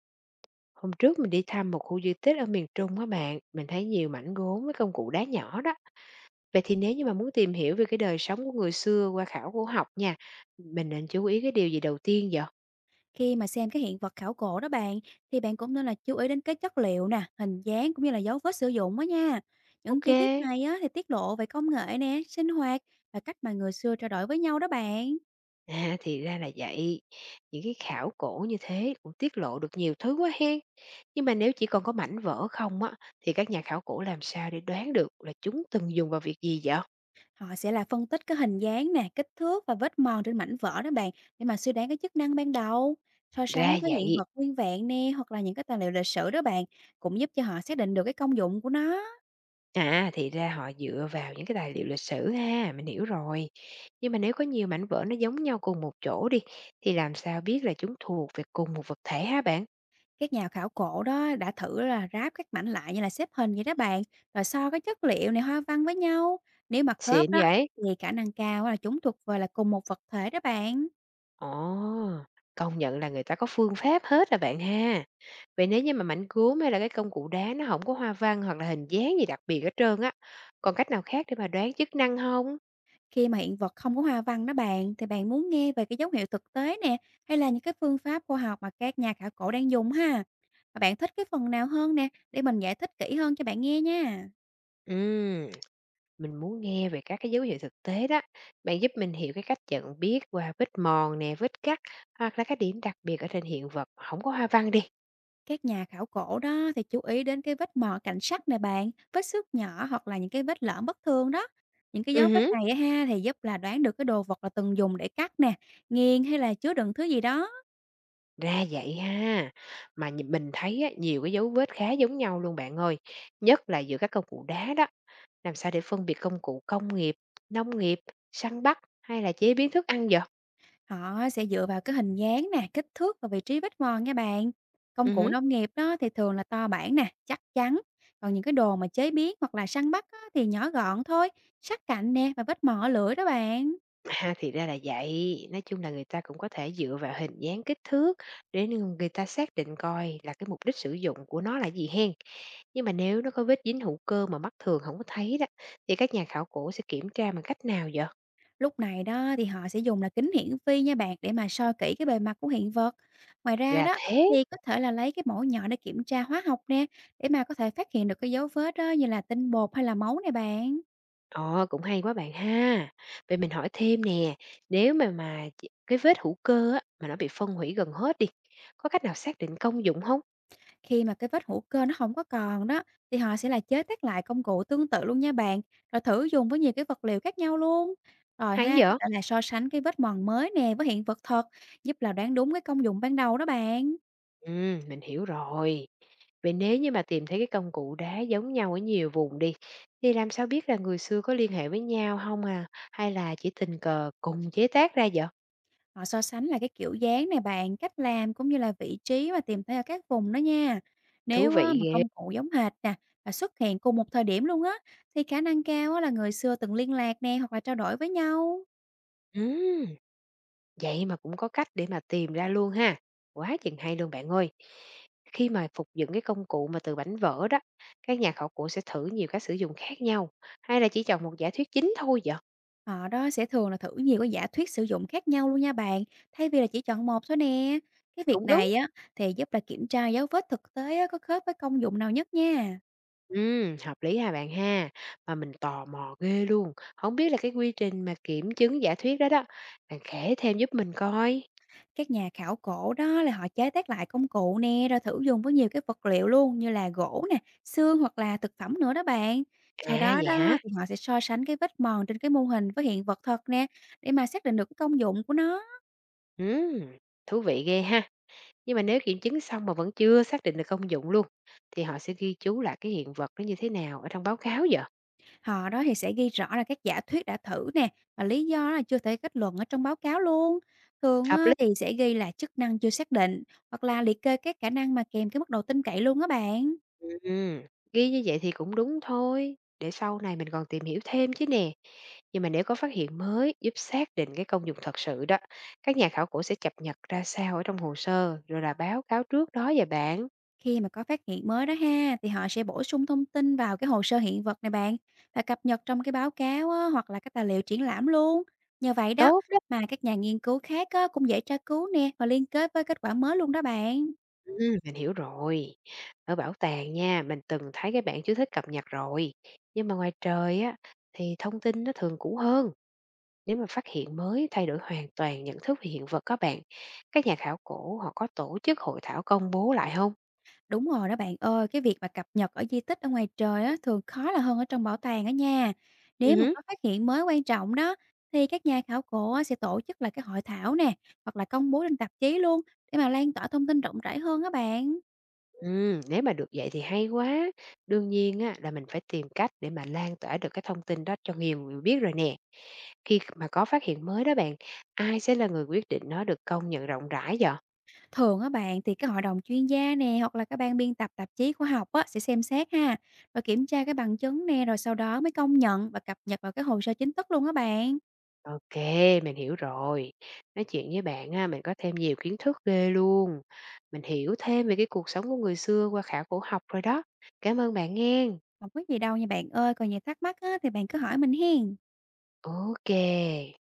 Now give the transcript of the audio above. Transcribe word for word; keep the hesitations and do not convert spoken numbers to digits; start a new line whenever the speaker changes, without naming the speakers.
Hôm trước mình đi thăm một khu di tích ở miền Trung á bạn, mình thấy nhiều mảnh gốm với công cụ đá nhỏ đó. Vậy thì nếu như mà muốn tìm hiểu về cái đời sống của người xưa qua khảo cổ học nha, mình nên chú ý cái điều gì đầu tiên vậy?
Khi mà xem cái hiện vật khảo cổ đó bạn, thì bạn cũng nên là chú ý đến cái chất liệu nè, hình dáng cũng như là dấu vết sử dụng đó nha. Những
Ok,
chi tiết này á, thì tiết lộ về công nghệ nè, sinh hoạt và cách mà người xưa trao đổi với nhau đó bạn.
à, thì ra là vậy. Những cái khảo cổ như thế cũng tiết lộ được nhiều thứ quá hen. Nhưng mà nếu chỉ còn có mảnh vỡ không á, thì các nhà khảo cổ làm sao để đoán được là chúng từng dùng vào việc gì vậy?
Họ sẽ là phân tích cái hình dáng nè, kích thước và vết mòn trên mảnh vỡ đó bạn để mà suy đoán cái chức năng ban đầu. So sánh
Ra
với hiện
vậy.
vật nguyên vẹn nè hoặc là những cái tài liệu lịch sử đó bạn cũng giúp cho họ xác định được cái công dụng của nó.
À, thì ra họ dựa vào những cái tài liệu lịch sử ha, mình hiểu rồi. Nhưng mà nếu có nhiều mảnh vỡ nó giống nhau cùng một chỗ đi, thì làm sao biết là chúng thuộc về cùng một vật thể hả bạn?
Các nhà khảo cổ đó đã thử là ráp các mảnh lại như là xếp hình vậy đó bạn, rồi so cái chất liệu này hoa văn với nhau. Nếu mà khớp
Xịn
đó
vậy?
thì khả năng cao là chúng thuộc về là cùng một vật thể đó bạn.
Ồ, công nhận là người ta có phương pháp hết à bạn ha. Vậy nếu như mà mảnh gốm hay là cái công cụ đá nó không có hoa văn hoặc là hình dáng gì đặc biệt hết trơn á, còn cách nào khác để mà đoán chức năng không?
Khi mà hiện vật không có hoa văn đó bạn, thì bạn muốn nghe về cái dấu hiệu thực tế nè, hay là những cái phương pháp khoa học mà các nhà khảo cổ đang dùng ha. Và bạn thích cái phần nào hơn nè, để mình giải thích kỹ hơn cho bạn nghe nha.
Ừ, mình muốn nghe về các cái dấu hiệu thực tế đó. Bạn giúp mình hiểu cái cách nhận biết qua vết mòn nè, vết cắt hoặc là các điểm đặc biệt ở trên hiện vật không có hoa văn đi.
Các nhà khảo cổ đó thì chú ý đến cái vết mọt cạnh sắt này bạn, vết xước nhỏ hoặc là những cái vết lõm bất thường đó. Những cái
Ừ
dấu vết
hứ.
này á ha thì giúp là đoán được cái đồ vật là từng dùng để cắt nè, nghiền hay là chứa đựng thứ gì đó.
Ra vậy ha. Mà nhìn- mình thấy á, nhiều cái dấu vết khá giống nhau luôn bạn ơi. Nhất là giữa các công cụ đá đó. Làm sao để phân biệt công cụ công nghiệp, nông nghiệp, săn bắt hay là chế biến thức ăn vậy?
Họ sẽ dựa vào cái hình dáng nè, kích thước và vị trí vết mòn nha bạn. Công
Ừ
cụ
hứ.
nông nghiệp đó thì thường là to bản nè, chắc chắn. Còn những cái đồ mà chế biến hoặc là săn bắt á, thì nhỏ gọn thôi, sắc cạnh nè và vết mỏ lưỡi đó bạn.
Ha, thì ra là vậy. Nói chung là người ta cũng có thể dựa vào hình dáng, kích thước để ng người ta xác định coi là cái mục đích sử dụng của nó là gì hen. Nhưng mà nếu nó có vết dính hữu cơ mà mắt thường không có thấy đó, thì các nhà khảo cổ sẽ kiểm tra bằng cách nào vậy?
Lúc này đó thì họ sẽ dùng là kính hiển vi nha bạn để mà soi kỹ cái bề mặt của hiện vật. Ngoài ra
Là
đó
thế.
thì có thể là lấy cái mẫu nhỏ để kiểm tra hóa học nè, để mà có thể phát hiện được cái dấu vết đó như là tinh bột hay là máu này bạn.
Ồ, cũng hay quá bạn ha. Vậy mình hỏi thêm nè, nếu mà mà ch cái vết hữu cơ á, mà nó bị phân hủy gần hết đi, có cách nào xác định công dụng không?
Khi mà cái vết hữu cơ nó không có còn đó thì họ sẽ là chế tác lại công cụ tương tự luôn nha bạn, rồi thử dùng với nhiều cái vật liệu khác nhau luôn. Rồi
Hay
ha, có
vậy?
thể là so sánh cái vết mòn mới nè với hiện vật thật, giúp là đoán đúng cái công dụng ban đầu đó bạn.
Ừm, mình hiểu rồi. Vậy nếu như mà tìm thấy cái công cụ đá giống nhau ở nhiều vùng đi, thì làm sao biết là người xưa có liên hệ với nhau không à? Hay là chỉ tình cờ cùng chế tác ra vậy?
Họ so sánh là cái kiểu dáng này bạn, cách làm cũng như là vị trí mà tìm thấy ở các vùng đó nha.
Thú
Nếu á,
vị
mà
ghê!
công cụ giống hệt nè và xuất hiện cùng một thời điểm luôn á thì khả năng cao á, là người xưa từng liên lạc nè hoặc là trao đổi với nhau.
Ừm, vậy mà cũng có cách để mà tìm ra luôn ha. Quá chừng hay luôn bạn ơi! Khi mà phục dựng cái công cụ mà từ bảnh vỡ đó, các nhà khảo cổ sẽ thử nhiều cách sử dụng khác nhau, hay là chỉ chọn một giả thuyết chính thôi vậy?
Họ đó sẽ thường là thử nhiều cái giả thuyết sử dụng khác nhau luôn nha bạn, thay vì là chỉ chọn một thôi nè. Cái việc
Cũng đúng.
này á thì giúp là kiểm tra dấu vết thực tế á, có khớp với công dụng nào nhất nha.
Ừm, hợp lý ha bạn ha. Mà mình tò mò ghê luôn, không biết là cái quy trình mà kiểm chứng giả thuyết đó đó, bạn kể thêm giúp mình coi.
Các nhà khảo cổ đó là họ chế tác lại công cụ nè, rồi thử dùng với nhiều cái vật liệu luôn như là gỗ nè, xương hoặc là thực phẩm nữa đó bạn. Sau
À,
đó
vậy
đó
hả?
thì họ sẽ so sánh cái vết mòn trên cái mô hình với hiện vật thật nè, để mà xác định được cái công dụng của nó.
Ừm, thú vị ghê ha. Nhưng mà nếu kiểm chứng xong mà vẫn chưa xác định được công dụng luôn, thì họ sẽ ghi chú lại cái hiện vật nó như thế nào ở trong báo cáo vậy?
Họ đó thì sẽ ghi rõ là các giả thuyết đã thử nè, và lý do là chưa thể kết luận ở trong báo cáo luôn. Thường
Hợp.
á, thì sẽ ghi là chức năng chưa xác định, hoặc là liệt kê các khả năng mà kèm cái mức độ tin cậy luôn á bạn.
Ừm, ghi như vậy thì cũng đúng thôi, để sau này mình còn tìm hiểu thêm chứ nè. Nhưng mà nếu có phát hiện mới giúp xác định cái công dụng thật sự đó, các nhà khảo cổ sẽ cập nhật ra sao ở trong hồ sơ, rồi là báo cáo trước đó vậy bạn.
Khi mà có phát hiện mới đó ha thì họ sẽ bổ sung thông tin vào cái hồ sơ hiện vật này bạn và cập nhật trong cái báo cáo á, hoặc là các tài liệu triển lãm luôn. Nhờ vậy đó
Tốt đó.
mà các nhà nghiên cứu khác á, cũng dễ tra cứu nè và liên kết với kết quả mới luôn đó bạn.
Ừm, mình hiểu rồi. Ở bảo tàng nha, mình từng thấy cái bảng chú thích cập nhật rồi. Nhưng mà ngoài trời á, thì thông tin nó thường cũ hơn. Nếu mà phát hiện mới thay đổi hoàn toàn nhận thức về hiện vật các bạn, các nhà khảo cổ họ có tổ chức hội thảo công bố lại không?
Đúng rồi đó bạn ơi, cái việc mà cập nhật ở di tích ở ngoài trời á, thường khó là hơn ở trong bảo tàng đó nha. Nếu mà
Ừ.
có phát hiện mới quan trọng đó thì các nhà khảo cổ á, sẽ tổ chức là cái hội thảo nè hoặc là công bố trên tạp chí luôn để mà lan tỏa thông tin rộng rãi hơn á bạn.
Ừm, nếu mà được vậy thì hay quá. Đương nhiên á, là mình phải tìm cách để mà lan tỏa được cái thông tin đó cho nhiều người biết rồi nè. Khi mà có phát hiện mới đó bạn, ai sẽ là người quyết định nó được công nhận rộng rãi vậy?
Thường á bạn thì cái hội đồng chuyên gia nè, hoặc là cái ban biên tập tạp chí khoa học á sẽ xem xét ha, rồi kiểm tra cái bằng chứng nè, rồi sau đó mới công nhận và cập nhật vào cái hồ sơ chính thức luôn á bạn.
OK, mình hiểu rồi. Nói chuyện với bạn á, mình có thêm nhiều kiến thức ghê luôn. Mình hiểu thêm về cái cuộc sống của người xưa qua khảo cổ học rồi đó. Cảm ơn bạn nghe.
Không có gì đâu nha bạn ơi, còn gì thắc mắc á thì bạn cứ hỏi mình hiền.
OK.